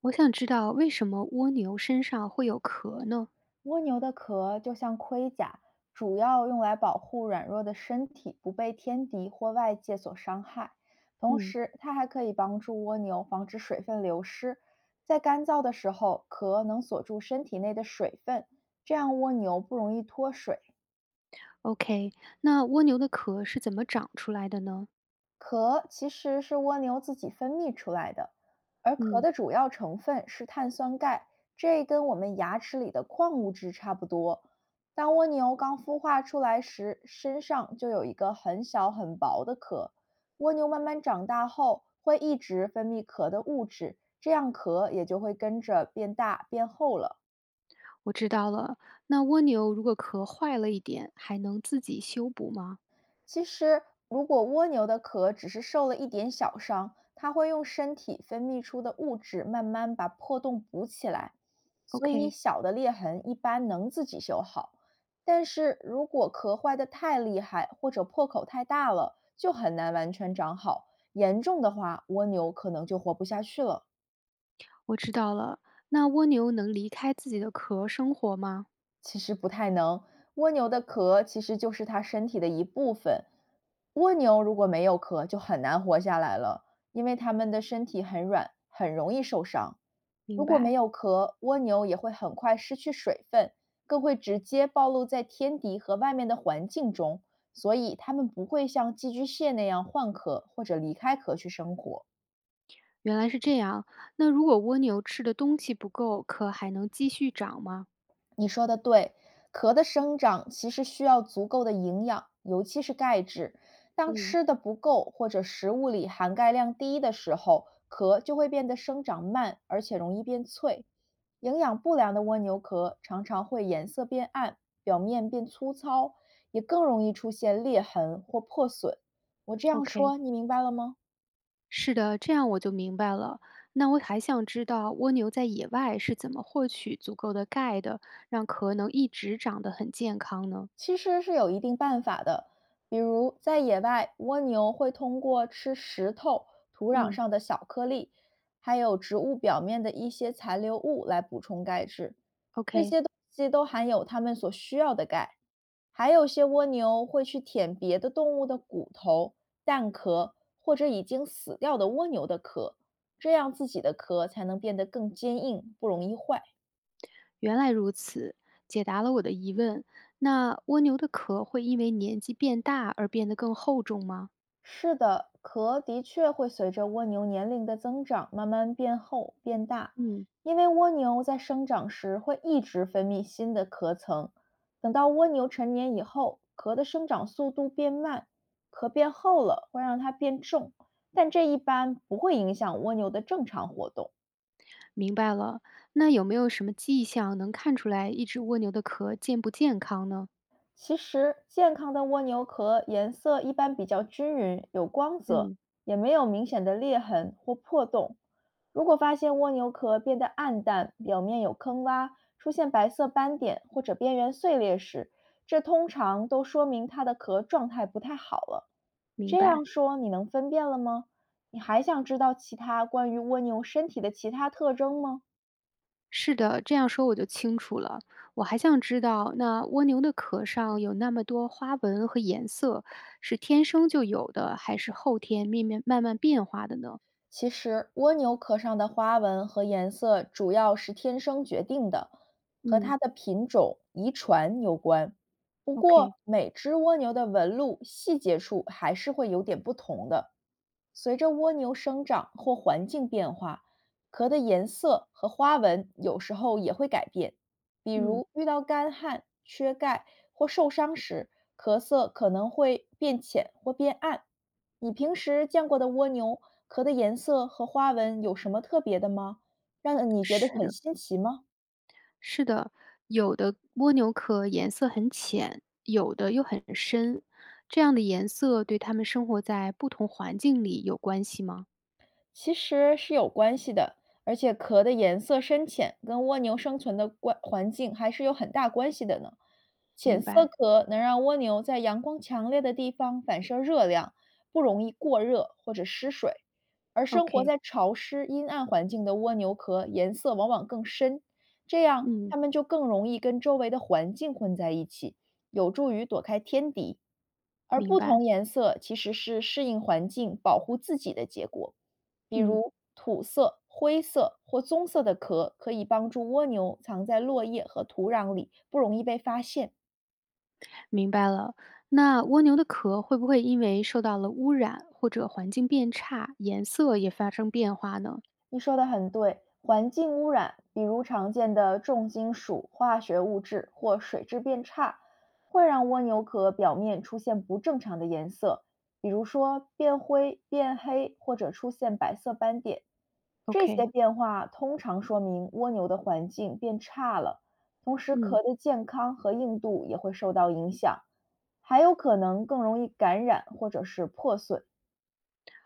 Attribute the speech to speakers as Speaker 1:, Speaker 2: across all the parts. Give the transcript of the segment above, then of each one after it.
Speaker 1: 我想知道为什么蜗牛身上会有壳呢？
Speaker 2: 蜗牛的壳就像盔甲，主要用来保护软弱的身体不被天敌或外界所伤害。同
Speaker 1: 嗯
Speaker 2: 时，它还可以帮助蜗牛防止水分流失。在干燥的时候，壳能锁住身体内的水分，这样蜗牛不容易脱水。
Speaker 1: ，OK，那蜗牛的壳是怎么长出来的呢？
Speaker 2: 壳其实是蜗牛自己分泌出来的，而壳
Speaker 1: 嗯，
Speaker 2: 的主要成分是碳酸钙，这跟我们牙齿里的矿物质差不多。当蜗牛刚孵化出来时，身上就有一个很小很薄的壳。蜗牛慢慢长大后，会一直分泌壳的物质，这样壳也就会跟着变大变厚了。
Speaker 1: 我知道了。那蜗牛如果壳坏了一点，还能自己修补吗
Speaker 2: 其实，如果蜗牛的壳只是受了一点小伤，它会用身体分泌出的物质慢慢把破洞补起来，所以
Speaker 1: ？OK，
Speaker 2: 小的裂痕一般能自己修好。但是如果壳坏的太厉害，或者破口太大了，就很难完全长好。严重的话，蜗牛可能就活不下去了。
Speaker 1: 我知道了。那蜗牛能离开自己的壳生活吗？
Speaker 2: 其实不太能。蜗牛的壳其实就是它身体的一部分，蜗牛如果没有壳就很难活下来了，因为它们的身体很软，很容易受伤。如
Speaker 1: 明
Speaker 2: 果没
Speaker 1: 白，
Speaker 2: 有壳，蜗牛也会很快失去水分，更会直接暴露在天敌和外面的环境中，所以它们不会像寄居蟹那样换壳或者离开壳去生活。
Speaker 1: 原来是这样。那如果蜗牛吃的东西不够，壳还能继续长吗？
Speaker 2: 你说的对，壳的生长其实需要足够的营养，尤其是钙质。当
Speaker 1: 嗯
Speaker 2: 吃的不够或者食物里含钙量低的时候，壳就会变得生长慢，而且容易变脆。营养不良的蜗牛壳常常会颜色变暗，表面变粗糙，也更容易出现裂痕或破损。我这样
Speaker 1: ，OK。
Speaker 2: 说，你明白了吗？
Speaker 1: 是的，这样我就明白了。那我还想知道蜗牛在野外是怎么获取足够的钙的，让壳能一直长得很健康呢？
Speaker 2: 其实是有一定办法的，比如在野外，蜗牛会通过吃石头、土壤
Speaker 1: 嗯
Speaker 2: 上的小颗粒，还有植物表面的一些残留物来补充钙质，
Speaker 1: ，OK，
Speaker 2: 这些都含有它们所需要的钙。还有些蜗牛会去舔别的动物的骨头、蛋壳或者已经死掉的蜗牛的壳，这样自己的壳才能变得更坚硬，不容易坏。
Speaker 1: 原来如此，解答了我的疑问。那蜗牛的壳会因为年纪变大而变得更厚重吗？
Speaker 2: 是的，壳的确会随着蜗牛年龄的增长慢慢变厚变大，
Speaker 1: 嗯，
Speaker 2: 因为蜗牛在生长时会一直分泌新的壳层。等到蜗牛成年以后，壳的生长速度变慢，壳变厚了会让它变重，但这一般不会影响蜗牛的正常活动。
Speaker 1: 明白了。那有没有什么迹象能看出来一只蜗牛的壳健不健康呢？
Speaker 2: 其实，健康的蜗牛壳颜色一般比较均匀，有光泽，
Speaker 1: 嗯，
Speaker 2: 也没有明显的裂痕或破洞。如果发现蜗牛壳变得暗淡，表面有坑洼，出现白色斑点或者边缘碎裂时，这通常都说明它的壳状态不太好了。
Speaker 1: 明
Speaker 2: 这样
Speaker 1: 白。
Speaker 2: 说你能分辨了吗？你还想知道其他关于蜗牛身体的其他特征吗？
Speaker 1: 是的，这样说我就清楚了。我还想知道，那蜗牛的壳上有那么多花纹和颜色，是天生就有的，还是后天慢慢变化的呢？
Speaker 2: 其实，蜗牛壳上的花纹和颜色主要是天生决定的，和
Speaker 1: 嗯
Speaker 2: 它的品种、遗传有关。不
Speaker 1: ，OK，
Speaker 2: 过，每只蜗牛的纹路细节处还是会有点不同的。随着蜗牛生长或环境变化，壳的颜色和花纹有时候也会改变。比
Speaker 1: 嗯，
Speaker 2: 如遇到干旱、缺钙或受伤时，壳色可能会变浅或变暗。你平时见过的蜗牛壳的颜色和花纹有什么特别的吗？让你觉得
Speaker 1: 是
Speaker 2: 很
Speaker 1: 的，
Speaker 2: 新奇吗？
Speaker 1: 是的，有的蜗牛壳颜色很浅，有的又很深，这样的颜色对它们生活在不同环境里有关系吗？
Speaker 2: 其实是有关系的，而且壳的颜色深浅跟蜗牛生存的关环境还是有很大关系的呢。浅
Speaker 1: 明
Speaker 2: 色
Speaker 1: 白
Speaker 2: 壳能让蜗牛在阳光强烈的地方反射热量，不容易过热或者失水；而生活
Speaker 1: ，OK，
Speaker 2: 在潮湿阴暗环境的蜗牛壳颜色往往更深，这样
Speaker 1: 嗯，
Speaker 2: 它们就更容易跟周围的环境混在一起，有助于躲开天敌。而
Speaker 1: 明
Speaker 2: 不
Speaker 1: 白，
Speaker 2: 同颜色其实是适应环境、保护自己的结果，比
Speaker 1: 嗯。
Speaker 2: 如土色、灰色或棕色的壳可以帮助蜗牛藏在落叶和土壤里，不容易被发现。
Speaker 1: 明白了。那蜗牛的壳会不会因为受到了污染或者环境变差，颜色也发生变化呢
Speaker 2: 你说的很对，环境污染，比如常见的重金属、化学物质或水质变差，会让蜗牛壳表面出现不正常的颜色，比如说变灰、变黑或者出现白色斑点。这些
Speaker 1: ？OK，
Speaker 2: 变化通常说明蜗牛的环境变差了，同时
Speaker 1: 嗯，
Speaker 2: 壳的健康和硬度也会受到影响，还有可能更容易感染或者是破损。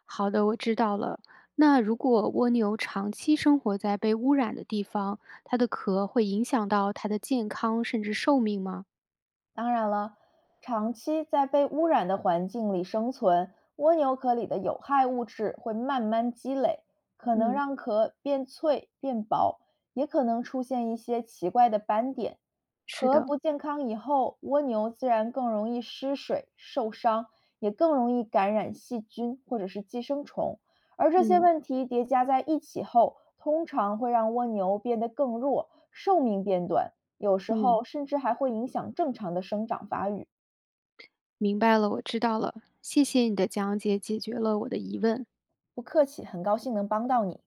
Speaker 1: 好的，我知道了。那如果蜗牛长期生活在被污染的地方，它的壳会影响到它的健康甚至寿命吗？
Speaker 2: 当然了，长期在被污染的环境里生存，蜗牛壳里的有害物质会慢慢积累，可能
Speaker 1: 嗯，
Speaker 2: 让壳变脆、变薄，也可能出现一些奇怪的斑点。
Speaker 1: 是
Speaker 2: 壳
Speaker 1: 的，
Speaker 2: 不健康以后，蜗牛自然更容易失水、受伤，也更容易感染细菌或者是寄生虫。而这些
Speaker 1: 嗯
Speaker 2: 问题叠加在一起后，通常会让蜗牛变得更弱，寿命变短。有时
Speaker 1: 嗯，
Speaker 2: 候甚至还会影响正常的生长发育。
Speaker 1: 明白了，我知道了。谢谢你的讲解，解决了我的疑问。
Speaker 2: 不客气，很高兴能帮到你。